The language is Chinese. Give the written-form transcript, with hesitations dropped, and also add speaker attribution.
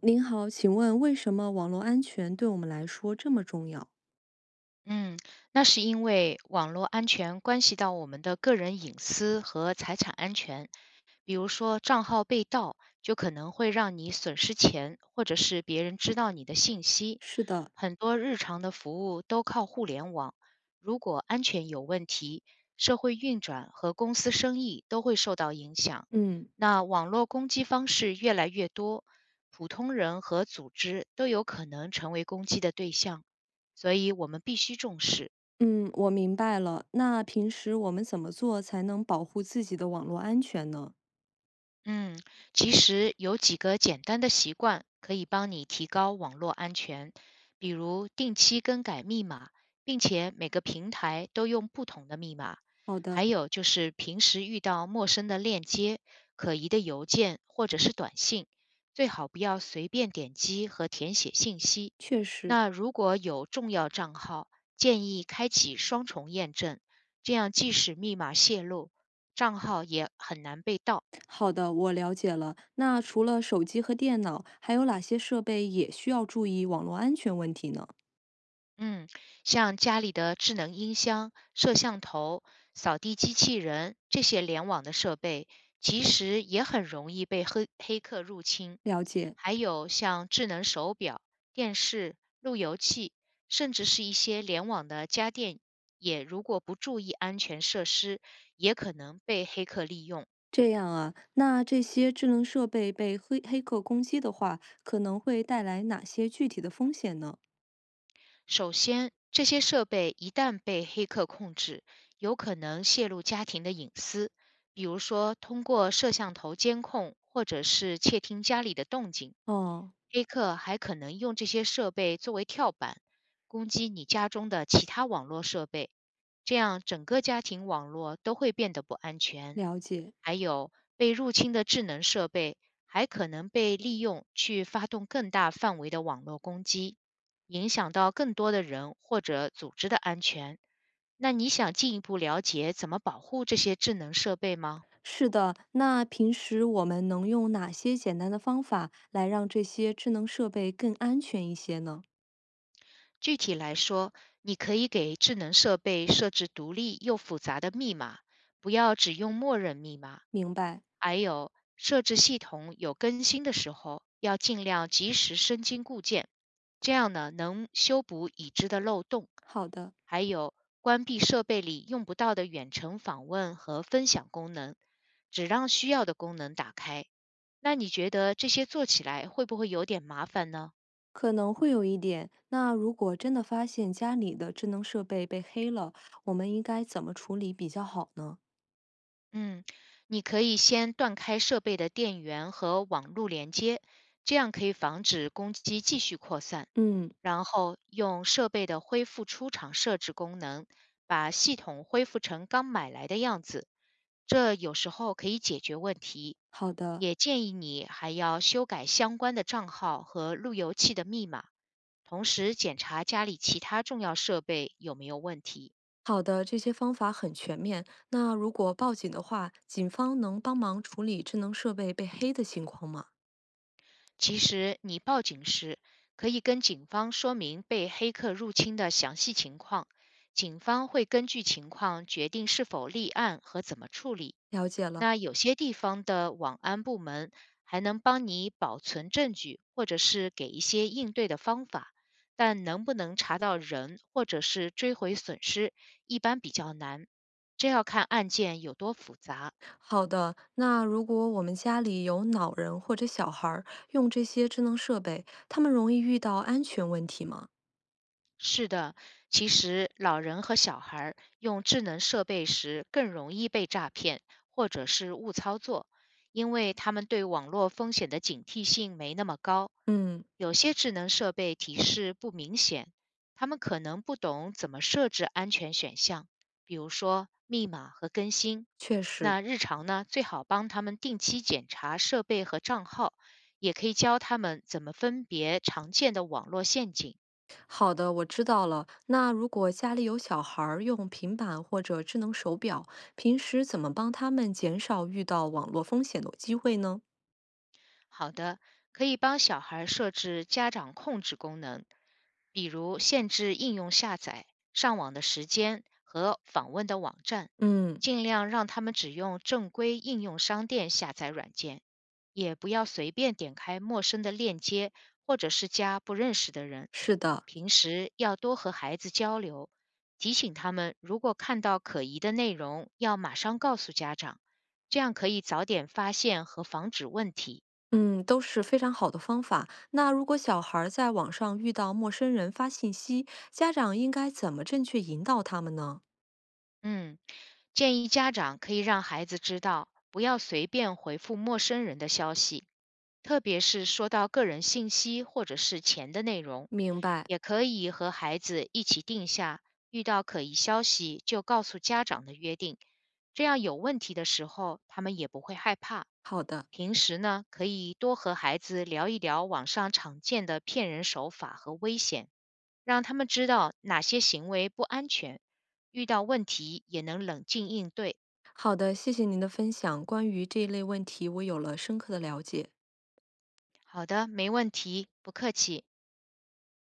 Speaker 1: 您好，请问为什么网络安全对我们来说这么重要？
Speaker 2: 嗯，那是因为网络安全关系到我们的个人隐私和财产安全，比如说账号被盗，就可能会让你损失钱，或者是别人知道你的信息。
Speaker 1: 是的，
Speaker 2: 很多日常的服务都靠互联网，如果安全有问题，社会运转和公司生意都会受到影响。
Speaker 1: 嗯
Speaker 2: 那网络攻击方式越来越多，普通人和组织都有可能成为攻击的对象。所以我们必须重视。
Speaker 1: 嗯，我明白了。那平时我们怎么做才能保护自己的网络安全呢？
Speaker 2: 嗯，其实有几个简单的习惯可以帮你提高网络安全，比如定期更改密码，并且每个平台都用不同的密码。
Speaker 1: 好的，
Speaker 2: 还有就是平时遇到陌生的链接、可疑的邮件或者是短信，最好不要随便点击和填写信息。
Speaker 1: 确实，
Speaker 2: 那如果有重要账号，建议开启双重验证，这样即使密码泄露，账号也很难被盗。
Speaker 1: 好的，我了解了。那除了手机和电脑，还有哪些设备也需要注意网络安全问题呢？
Speaker 2: 嗯，像家里的智能音箱、摄像头、扫地机器人这些联网的设备，其实也很容易被黑客入侵。
Speaker 1: 了解。
Speaker 2: 还有像智能手表、电视、路由器，甚至是一些联网的家电，也如果不注意安全设施，也可能被黑客利用。
Speaker 1: 这样啊，那这些智能设备被黑黑客攻击的话，可能会带来哪些具体的风险呢？
Speaker 2: 首先，这些设备一旦被黑客控制，有可能泄露家庭的隐私，比如说通过摄像头监控或者是窃听家里的动静。
Speaker 1: 哦，
Speaker 2: 黑客还可能用这些设备作为跳板，攻击你家中的其他网络设备，这样整个家庭网络都会变得不安全。
Speaker 1: 了解。
Speaker 2: 还有被入侵的智能设备还可能被利用去发动更大范围的网络攻击，影响到更多的人或者组织的安全。那你想进一步了解怎么保护这些智能设备吗？
Speaker 1: 是的，那平时我们能用哪些简单的方法来让这些智能设备更安全一些呢？
Speaker 2: 具体来说，你可以给智能设备设置独立又复杂的密码，不要只用默认密码。
Speaker 1: 明白，
Speaker 2: 还有，设置系统有更新的时候，要尽量及时升级固件，这样呢能修补已知的漏洞。
Speaker 1: 好的，
Speaker 2: 还有，关闭设备里用不到的远程访问和分享功能，只让需要的功能打开。那你觉得这些做起来会不会有点麻烦呢？
Speaker 1: 可能会有一点。那如果真的发现家里的智能设备被黑了，我们应该怎么处理比较好呢？
Speaker 2: 嗯，你可以先断开设备的电源和网络连接，这样可以防止攻击继续扩散。
Speaker 1: 嗯，
Speaker 2: 然后用设备的恢复出厂设置功能，把系统恢复成刚买来的样子，这有时候可以解决问题。
Speaker 1: 好的，
Speaker 2: 也建议你还要修改相关的账号和路由器的密码，同时检查家里其他重要设备有没有问题。
Speaker 1: 好的，这些方法很全面。那如果报警的话，警方能帮忙处理智能设备被黑的情况吗？
Speaker 2: 其实你报警时，可以跟警方说明被黑客入侵的详细情况，警方会根据情况决定是否立案和怎么处理。
Speaker 1: 了解了。
Speaker 2: 那有些地方的网安部门还能帮你保存证据，或者是给一些应对的方法，但能不能查到人或者是追回损失，一般比较难。这要看案件有多复杂。
Speaker 1: 好的，那如果我们家里有老人或者小孩儿用这些智能设备，他们容易遇到安全问题吗？
Speaker 2: 是的，其实老人和小孩儿用智能设备时更容易被诈骗或者是误操作，因为他们对网络风险的警惕性没那么高。
Speaker 1: 嗯，
Speaker 2: 有些智能设备提示不明显，他们可能不懂怎么设置安全选项，比如说密码和更新。
Speaker 1: 确实。
Speaker 2: 那日常呢，最好帮他们定期检查设备和账号，也可以教他们怎么分别常见的网络陷阱。
Speaker 1: 好的，我知道了。那如果家里有小孩儿用平板或者智能手表，平时怎么帮他们减少遇到网络风险的机会呢？
Speaker 2: 好的，可以帮小孩设置家长控制功能，比如限制应用下载、上网的时间和访问的网站，
Speaker 1: 嗯，
Speaker 2: 尽量让他们只用正规应用商店下载软件，也不要随便点开陌生的链接或者是加不认识的人。
Speaker 1: 是的。
Speaker 2: 平时要多和孩子交流，提醒他们如果看到可疑的内容，要马上告诉家长，这样可以早点发现和防止问题。
Speaker 1: 嗯，都是非常好的方法。那如果小孩儿在网上遇到陌生人发信息，家长应该怎么正确引导他们呢？
Speaker 2: 嗯，建议家长可以让孩子知道，不要随便回复陌生人的消息，特别是说到个人信息或者是钱的内容。
Speaker 1: 明白。
Speaker 2: 也可以和孩子一起定下，遇到可疑消息就告诉家长的约定，这样有问题的时候他们也不会害怕。
Speaker 1: 好的，
Speaker 2: 平时呢，可以多和孩子聊一聊网上常见的骗人手法和危险，让他们知道哪些行为不安全，遇到问题也能冷静应对。
Speaker 1: 好的，谢谢您的分享。关于这一类问题，我有了深刻的了解。
Speaker 2: 好的，没问题，不客气。